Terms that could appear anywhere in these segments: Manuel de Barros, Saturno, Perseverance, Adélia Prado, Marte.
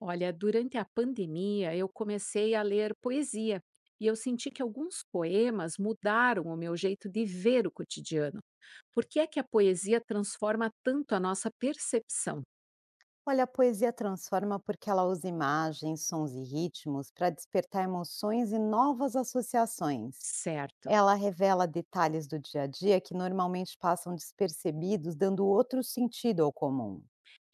Olha, durante a pandemia eu comecei a ler poesia e eu senti que alguns poemas mudaram o meu jeito de ver o cotidiano. Por que é que a poesia transforma tanto a nossa percepção? Olha, a poesia transforma porque ela usa imagens, sons e ritmos para despertar emoções e novas associações. Certo. Ela revela detalhes do dia a dia que normalmente passam despercebidos, dando outro sentido ao comum.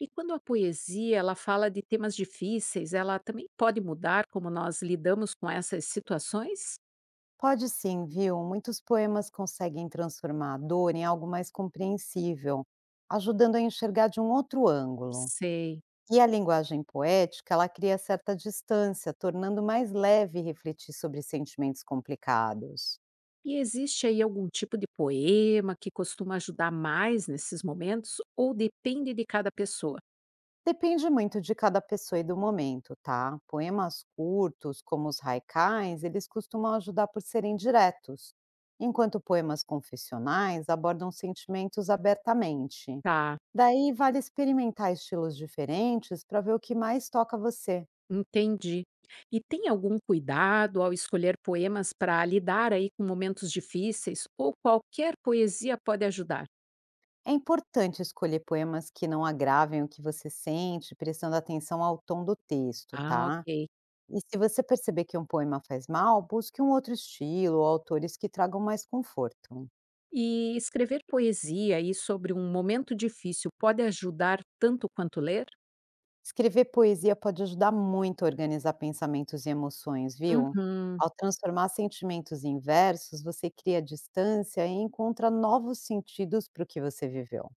E quando a poesia ela fala de temas difíceis, ela também pode mudar como nós lidamos com essas situações? Pode sim, viu? Muitos poemas conseguem transformar a dor em algo mais compreensível, ajudando a enxergar de um outro ângulo. Sei. E a linguagem poética, ela cria certa distância, tornando mais leve refletir sobre sentimentos complicados. E existe aí algum tipo de poema que costuma ajudar mais nesses momentos ou depende de cada pessoa? Depende muito de cada pessoa e do momento, tá? Poemas curtos, como os haikais, eles costumam ajudar por serem diretos, enquanto poemas confessionais abordam sentimentos abertamente. Tá. Daí vale experimentar estilos diferentes para ver o que mais toca você. Entendi. E tem algum cuidado ao escolher poemas para lidar aí com momentos difíceis ou qualquer poesia pode ajudar? É importante escolher poemas que não agravem o que você sente, prestando atenção ao tom do texto, Ah, tá? ok. E se você perceber que um poema faz mal, busque um outro estilo ou autores que tragam mais conforto. E escrever poesia aí sobre um momento difícil pode ajudar tanto quanto ler? Escrever poesia pode ajudar muito a organizar pensamentos e emoções, viu? Uhum. Ao transformar sentimentos em versos, você cria distância e encontra novos sentidos para o que você viveu.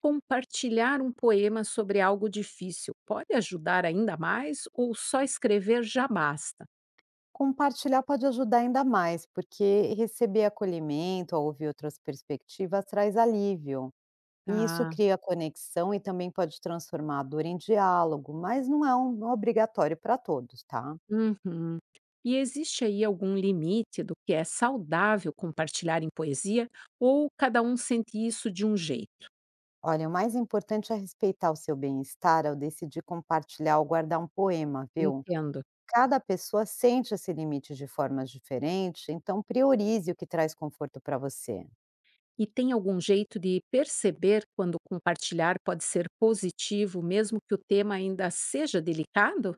Compartilhar um poema sobre algo difícil pode ajudar ainda mais ou só escrever já basta? Compartilhar pode ajudar ainda mais, porque receber acolhimento ao ouvir outras perspectivas traz alívio. E isso Tá. cria conexão e também pode transformar a dor em diálogo, mas não é um obrigatório para todos, tá? Uhum. E existe aí algum limite do que é saudável compartilhar em poesia ou cada um sente isso de um jeito? Olha, o mais importante é respeitar o seu bem-estar ao decidir compartilhar ou guardar um poema, viu? Entendo. Cada pessoa sente esse limite de formas diferentes, então priorize o que traz conforto para você. E tem algum jeito de perceber quando compartilhar pode ser positivo, mesmo que o tema ainda seja delicado?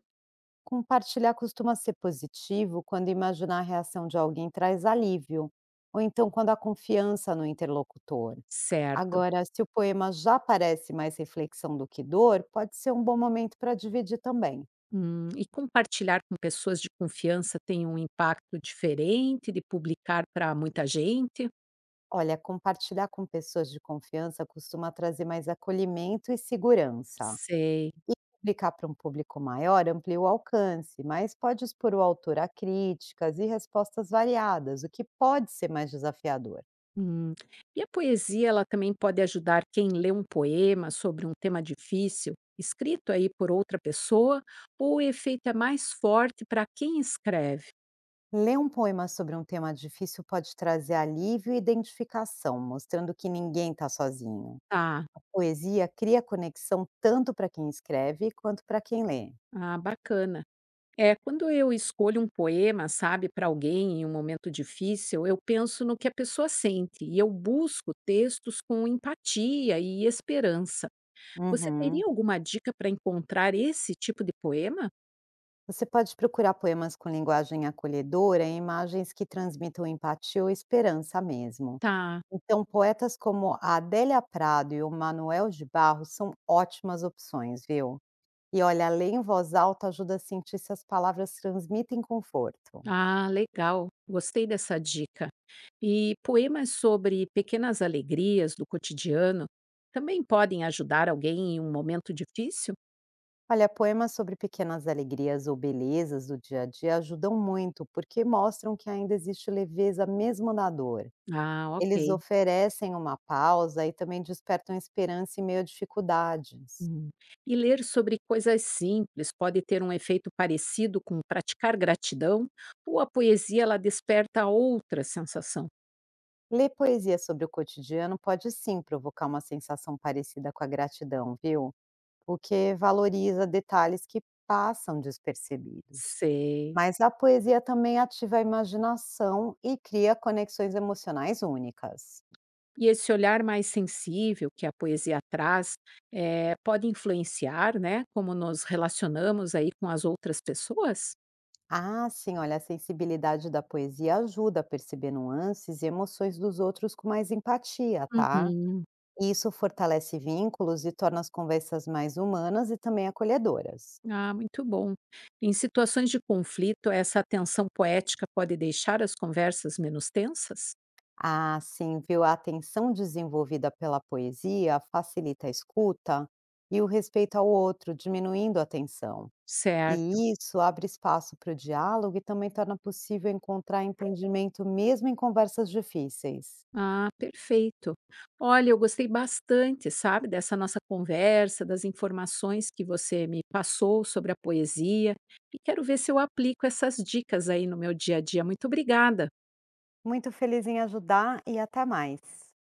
Compartilhar costuma ser positivo quando imaginar a reação de alguém traz alívio, ou então quando há confiança no interlocutor. Certo. Agora, se o poema já parece mais reflexão do que dor, pode ser um bom momento para dividir também. E compartilhar com pessoas de confiança tem um impacto diferente de publicar para muita gente? Olha, compartilhar com pessoas de confiança costuma trazer mais acolhimento e segurança. Sei. E publicar para um público maior amplia o alcance, mas pode expor o autor a críticas e respostas variadas, o que pode ser mais desafiador. Hum. E a poesia, ela também pode ajudar quem lê um poema sobre um tema difícil, escrito aí por outra pessoa, ou o efeito é mais forte para quem escreve? Ler um poema sobre um tema difícil pode trazer alívio e identificação, mostrando que ninguém está sozinho. Tá, A poesia cria conexão tanto para quem escreve quanto para quem lê. ah, bacana. É, quando eu escolho um poema, sabe, para alguém em um momento difícil, eu penso no que a pessoa sente e eu busco textos com empatia e esperança. Você Uhum. teria alguma dica para encontrar esse tipo de poema? Você pode procurar poemas com linguagem acolhedora e imagens que transmitam empatia ou esperança mesmo. Tá. Então, poetas como a Adélia Prado e o Manuel de Barros são ótimas opções, viu? E olha, ler em voz alta ajuda a sentir se as palavras transmitem conforto. Ah, legal. Gostei dessa dica. E poemas sobre pequenas alegrias do cotidiano também podem ajudar alguém em um momento difícil? Olha, poemas sobre pequenas alegrias ou belezas do dia a dia ajudam muito, porque mostram que ainda existe leveza mesmo na dor. Ah, Eles ok. oferecem uma pausa e também despertam esperança em meio a dificuldades. Hum. E ler sobre coisas simples pode ter um efeito parecido com praticar gratidão, ou a poesia ela desperta outra sensação? Ler poesia sobre o cotidiano pode sim provocar uma sensação parecida com a gratidão, viu? Porque valoriza detalhes que passam despercebidos. Sei. Mas a poesia também ativa a imaginação e cria conexões emocionais únicas. E esse olhar mais sensível que a poesia traz pode influenciar, né, como nos relacionamos aí com as outras pessoas? Ah, sim, olha, a sensibilidade da poesia ajuda a perceber nuances e emoções dos outros com mais empatia, tá? Uhum. E isso fortalece vínculos e torna as conversas mais humanas e também acolhedoras. Ah, muito bom. Em situações de conflito, essa tensão poética pode deixar as conversas menos tensas? Ah, sim, viu? A atenção desenvolvida pela poesia facilita a escuta e o respeito ao outro, diminuindo a tensão. Certo. E isso abre espaço para o diálogo e também torna possível encontrar entendimento mesmo em conversas difíceis. Ah, perfeito. Olha, eu gostei bastante, sabe, dessa nossa conversa, das informações que você me passou sobre a poesia e quero ver se eu aplico essas dicas aí no meu dia a dia. Muito obrigada. Muito feliz em ajudar e até mais.